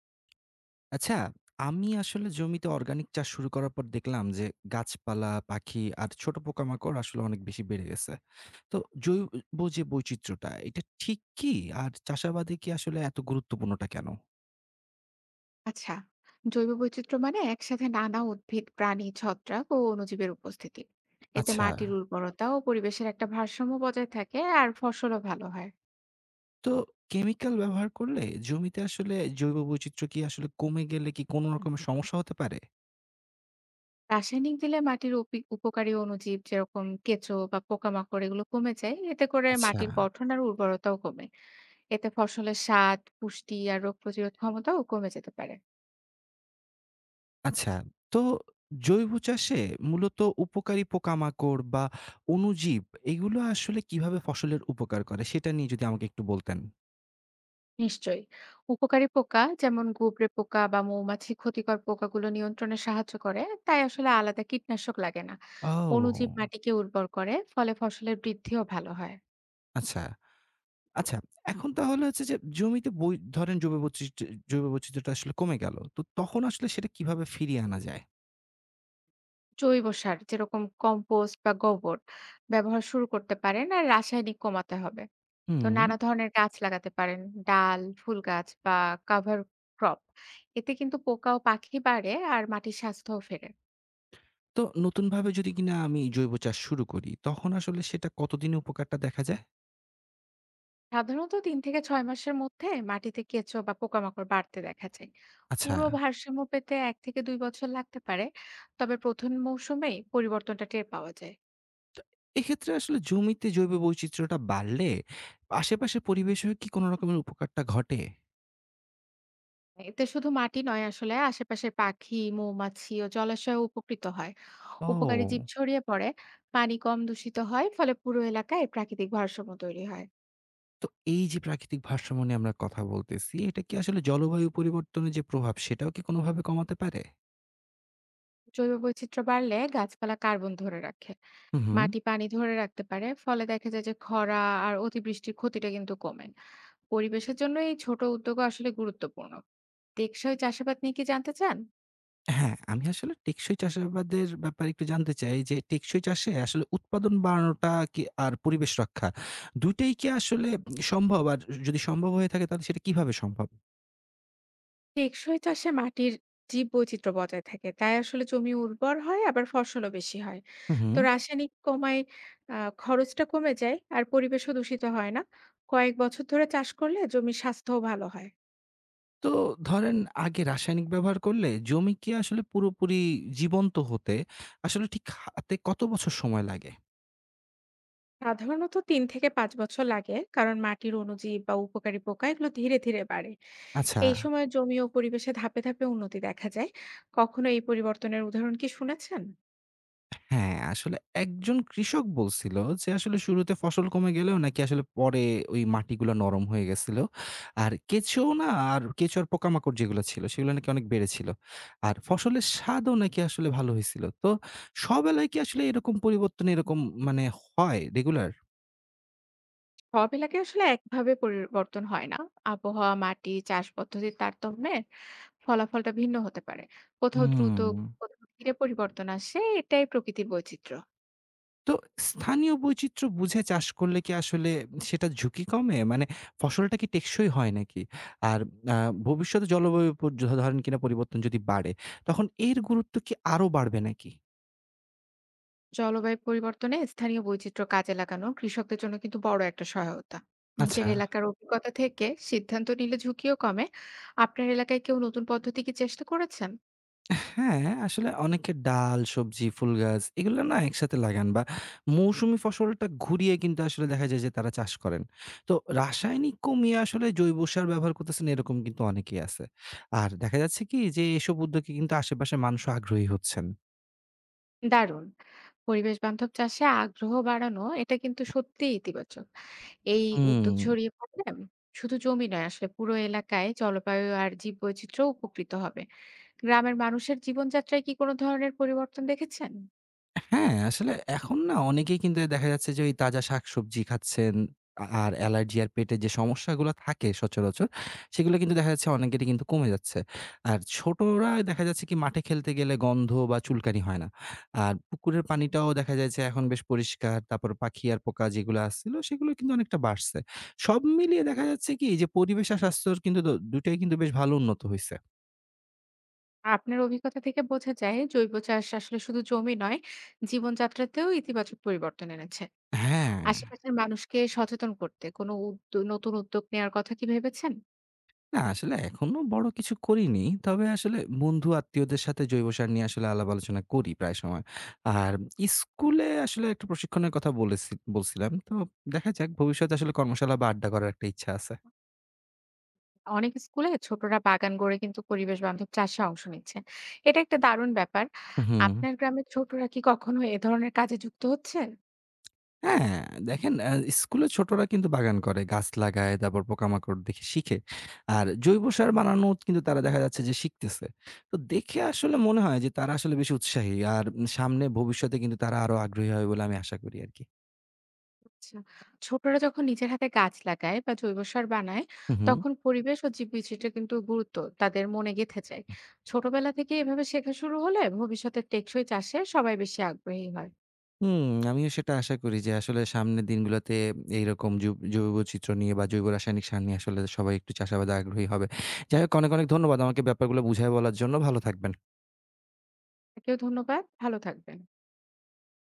আচ্ছা, আমি আসলে জমিতে অর্গানিক চাষ শুরু করার পর দেখলাম যে গাছপালা, পাখি আর ছোট পোকামাকড় আসলে অনেক বেশি বেড়ে গেছে। তো জৈব যে বৈচিত্র্যটা এটা ঠিক কি? আর চাষাবাদে কি আসলে এত গুরুত্বপূর্ণটা কেন? আচ্ছা। জৈব বৈচিত্র্য মানে একসাথে নানা উদ্ভিদ প্রাণী ছত্রাক ও অণুজীবের উপস্থিতি। এতে আচ্ছা, মাটির উর্বরতা ও পরিবেশের একটা ভারসাম্য বজায় থাকে আর ফসলও ভালো হয়। তো কেমিক্যাল ব্যবহার করলে জমিতে আসলে জৈব বৈচিত্র্য কি আসলে কমে গেলে কি কোনো রকমের সমস্যা হতে পারে? রাসায়নিক দিলে মাটির উপকারী অণুজীব যেরকম কেঁচো বা পোকামাকড় এগুলো কমে যায়, এতে করে আচ্ছা। মাটির গঠন আর উর্বরতাও কমে। এতে ফসলের স্বাদ, পুষ্টি আর রোগ প্রতিরোধ ক্ষমতাও কমে যেতে পারে। আচ্ছা, তো জৈব চাষে মূলত উপকারী পোকামাকড় বা অণুজীব এগুলো আসলে কিভাবে ফসলের উপকার করে সেটা নিয়ে যদি আমাকে একটু বলতেন। নিশ্চয়ই। উপকারী পোকা যেমন গুবরে পোকা বা মৌমাছি ক্ষতিকর পোকাগুলো নিয়ন্ত্রণে সাহায্য করে, তাই আসলে আলাদা কীটনাশক লাগে না। অণুজীব ও! মাটিকে উর্বর করে, ফলে ফসলের বৃদ্ধিও ভালো হয়। আচ্ছা, আচ্ছা। এখন তাহলে হচ্ছে যে জমিতে বৈ ধরেন জৈব বৈচিত্র্য জৈব বৈচিত্র্যটা আসলে কমে গেল। তো তখন আসলে সেটা কিভাবে ফিরিয়ে আনা যায়? জৈব সার যেরকম কম্পোস্ট বা গোবর ব্যবহার শুরু করতে পারেন, আর রাসায়নিক কমাতে হবে। তো হুম। নানা ধরনের গাছ লাগাতে পারেন, ডাল, ফুল গাছ বা কাভার ক্রপ। এতে কিন্তু পোকা ও পাখি বাড়ে আর মাটির স্বাস্থ্যও ফেরে। তো নতুনভাবে যদি কিনা আমি জৈব চাষ শুরু করি তখন আসলে সেটা কতদিনে উপকারটা দেখা যায়? সাধারণত ৩ থেকে ৬ মাসের মধ্যে মাটিতে কেঁচো বা পোকামাকড় বাড়তে দেখা যায়। আচ্ছা। পুরো ভারসাম্য পেতে ১ থেকে ২ বছর লাগতে পারে। তবে ১ম মৌসুমেই পরিবর্তনটা টের পাওয়া যায়। এক্ষেত্রে আসলে জমিতে জৈব বৈচিত্র্যটা বাড়লে আশেপাশের পরিবেশেও কি কোনো রকমের উপকারটা ঘটে? এতে শুধু মাটি নয়, আসলে আশেপাশের পাখি, মৌমাছি ও জলাশয়ও উপকৃত হয়। উপকারী জীব ও! ছড়িয়ে পড়ে, পানি কম দূষিত হয়, ফলে পুরো এলাকায় প্রাকৃতিক ভারসাম্য তৈরি হয়। তো এই যে প্রাকৃতিক ভারসাম্য নিয়ে আমরা কথা বলতেছি, এটা কি আসলে জলবায়ু পরিবর্তনের যে প্রভাব সেটাও কি কোনোভাবে কমাতে পারে? জৈব বৈচিত্র্য বাড়লে গাছপালা কার্বন ধরে রাখে, হুম, হুম। মাটি পানি ধরে রাখতে পারে। ফলে দেখা যায় যে খরা আর অতিবৃষ্টির ক্ষতিটা কিন্তু কমে। পরিবেশের জন্য এই ছোট উদ্যোগও আসলে গুরুত্বপূর্ণ। টেকসই চাষাবাদ নিয়ে কি জানতে চান? হ্যাঁ, আমি আসলে টেকসই চাষাবাদের ব্যাপারে একটু জানতে চাই যে টেকসই চাষে আসলে উৎপাদন বাড়ানোটা কি আর পরিবেশ রক্ষা ২টাই টাই কি আসলে সম্ভব? আর যদি সম্ভব হয়ে থাকে তাহলে সেটা কিভাবে সম্ভব? টেকসই চাষে মাটির জীব বৈচিত্র্য বজায় থাকে, তাই আসলে জমি উর্বর হয়, আবার ফসলও বেশি হয়। হুম, হুম। তো রাসায়নিক কমায় খরচটা কমে যায় আর পরিবেশও দূষিত হয় না। কয়েক বছর ধরে চাষ করলে জমির স্বাস্থ্যও ভালো হয়। তো ধরেন আগে রাসায়নিক ব্যবহার করলে জমি কি আসলে পুরোপুরি জীবন্ত হতে আসলে ঠিক হাতে কত বছর সময় লাগে? সাধারণত তিন থেকে পাঁচ বছর লাগে, কারণ মাটির অণুজীব বা উপকারী পোকা এগুলো ধীরে ধীরে বাড়ে। আচ্ছা। এই সময় জমি ও পরিবেশে ধাপে ধাপে উন্নতি দেখা যায়। কখনো এই পরিবর্তনের উদাহরণ কি শুনেছেন? হ্যাঁ, আসলে একজন কৃষক বলছিল যে আসলে শুরুতে ফসল কমে গেলেও নাকি আসলে পরে ওই মাটিগুলো নরম হয়ে গেছিল। আর কেঁচোও না আর কেঁচো আর পোকামাকড় যেগুলো ছিল সেগুলো নাকি অনেক বেড়েছিল। আর ফসলের স্বাদও নাকি আসলে ভালো হয়েছিল। তো সব এলাকায় কি আসলে এরকম পরিবর্তন এরকম মানে হয় রেগুলার? সব এলাকায় আসলে একভাবে পরিবর্তন হয় না। আবহাওয়া, মাটি, চাষ পদ্ধতির তারতম্যে ফলাফলটা ভিন্ন হতে পারে। কোথাও দ্রুত, হুম। কোথাও ধীরে পরিবর্তন আসে, এটাই প্রকৃতির বৈচিত্র্য। তো স্থানীয় বৈচিত্র্য বুঝে চাষ করলে কি আসলে সেটা ঝুঁকি কমে? মানে ফসলটা কি টেকসই হয় নাকি? আর আ ভবিষ্যতে জলবায়ু পর য ধরেন কিনা পরিবর্তন যদি বাড়ে, তখন এর গুরুত্ব কি আরো বাড়বে নাকি? জলবায়ু পরিবর্তনে স্থানীয় বৈচিত্র্য কাজে লাগানো কৃষকদের জন্য কিন্তু বড় একটা সহায়তা। নিজের আচ্ছা। এলাকার অভিজ্ঞতা থেকে সিদ্ধান্ত নিলে ঝুঁকিও কমে। আপনার এলাকায় কেউ নতুন পদ্ধতি কি চেষ্টা করেছেন? হ্যাঁ, আসলে অনেকে ডাল, সবজি, ফুল গাছ এগুলো না একসাথে লাগান বা মৌসুমি ফসলটা ঘুরিয়ে কিন্তু আসলে দেখা যায় যে তারা চাষ করেন। তো রাসায়নিক কমিয়ে আসলে জৈব সার ব্যবহার করতেছেন এরকম কিন্তু অনেকেই আছে। আর দেখা যাচ্ছে কি যে এসব উদ্যোগে কিন্তু আশেপাশের মানুষও আগ্রহী হচ্ছেন। দারুণ! পরিবেশ বান্ধব চাষে আগ্রহ বাড়ানো এটা কিন্তু সত্যিই ইতিবাচক। এই হুম। উদ্যোগ ছড়িয়ে পড়লে শুধু জমি নয়, আসলে পুরো এলাকায় জলবায়ু আর জীববৈচিত্র্য উপকৃত হবে। গ্রামের মানুষের জীবনযাত্রায় কি কোনো ধরনের পরিবর্তন দেখেছেন? হ্যাঁ, আসলে এখন না অনেকেই কিন্তু দেখা যাচ্ছে যে ওই তাজা শাকসবজি খাচ্ছেন। আর অ্যালার্জি আর পেটের যে সমস্যাগুলো থাকে সচরাচর, সেগুলো কিন্তু দেখা যাচ্ছে অনেকেরই কিন্তু কমে যাচ্ছে। আর ছোটরা দেখা যাচ্ছে কি মাঠে খেলতে গেলে গন্ধ বা চুলকানি হয় না। আর পুকুরের পানিটাও দেখা যায় যে এখন বেশ পরিষ্কার। তারপর পাখি আর পোকা যেগুলো আসছিল সেগুলো কিন্তু অনেকটা বাড়ছে। সব মিলিয়ে দেখা যাচ্ছে কি যে পরিবেশ আর স্বাস্থ্যর কিন্তু ২টাই টাই কিন্তু বেশ ভালো উন্নত হইছে। আপনার অভিজ্ঞতা থেকে বোঝা যায় জৈব চাষ আসলে শুধু জমি নয়, জীবনযাত্রাতেও ইতিবাচক পরিবর্তন এনেছে। হ্যাঁ। আশেপাশের মানুষকে সচেতন করতে কোনো নতুন উদ্যোগ নেওয়ার কথা কি ভেবেছেন? না আসলে এখনো বড় কিছু করিনি। তবে আসলে বন্ধু আত্মীয়দের সাথে জৈব সার নিয়ে আসলে আলাপ আলোচনা করি প্রায় সময়। আর স্কুলে আসলে একটা প্রশিক্ষণের কথা বলছিলাম। তো দেখা যাক ভবিষ্যতে আসলে কর্মশালা বা আড্ডা করার একটা ইচ্ছা আছে। অনেক স্কুলে ছোটরা বাগান গড়ে কিন্তু পরিবেশ বান্ধব চাষে অংশ নিচ্ছে, এটা একটা দারুণ ব্যাপার। হুম। আপনার গ্রামের ছোটরা কি কখনো এ ধরনের কাজে যুক্ত হচ্ছে? হ্যাঁ, দেখেন স্কুলে ছোটরা কিন্তু বাগান করে, গাছ লাগায়, তারপর পোকামাকড় দেখে শিখে। আর জৈব সার বানানো কিন্তু তারা দেখা যাচ্ছে যে শিখতেছে। তো দেখে আসলে মনে হয় যে তারা আসলে বেশি উৎসাহী। আর সামনে ভবিষ্যতে কিন্তু তারা আরো আগ্রহী হবে বলে আমি আশা করি আরকি। আচ্ছা। ছোটরা যখন নিজের হাতে গাছ লাগায় বা জৈব সার বানায়, হু, হু। তখন পরিবেশ ও জীববৈচিত্র্যের কিন্তু গুরুত্ব তাদের মনে গেঁথে যায়। ছোটবেলা থেকে এভাবে শেখা শুরু হলে ভবিষ্যতে টেকসই চাষে সবাই বেশি আগ্রহী হয়। হুম, আমিও সেটা আশা করি যে আসলে সামনের দিনগুলোতে এইরকম জৈবচিত্র নিয়ে বা জৈব রাসায়নিক সার নিয়ে আসলে সবাই একটু চাষাবাদে আগ্রহী হবে। যাই হোক অনেক, অনেক ধন্যবাদ আমাকে ব্যাপারগুলো বুঝায় বলার জন্য। ভালো থাকবেন। কেউ ধন্যবাদ, ভালো থাকবেন।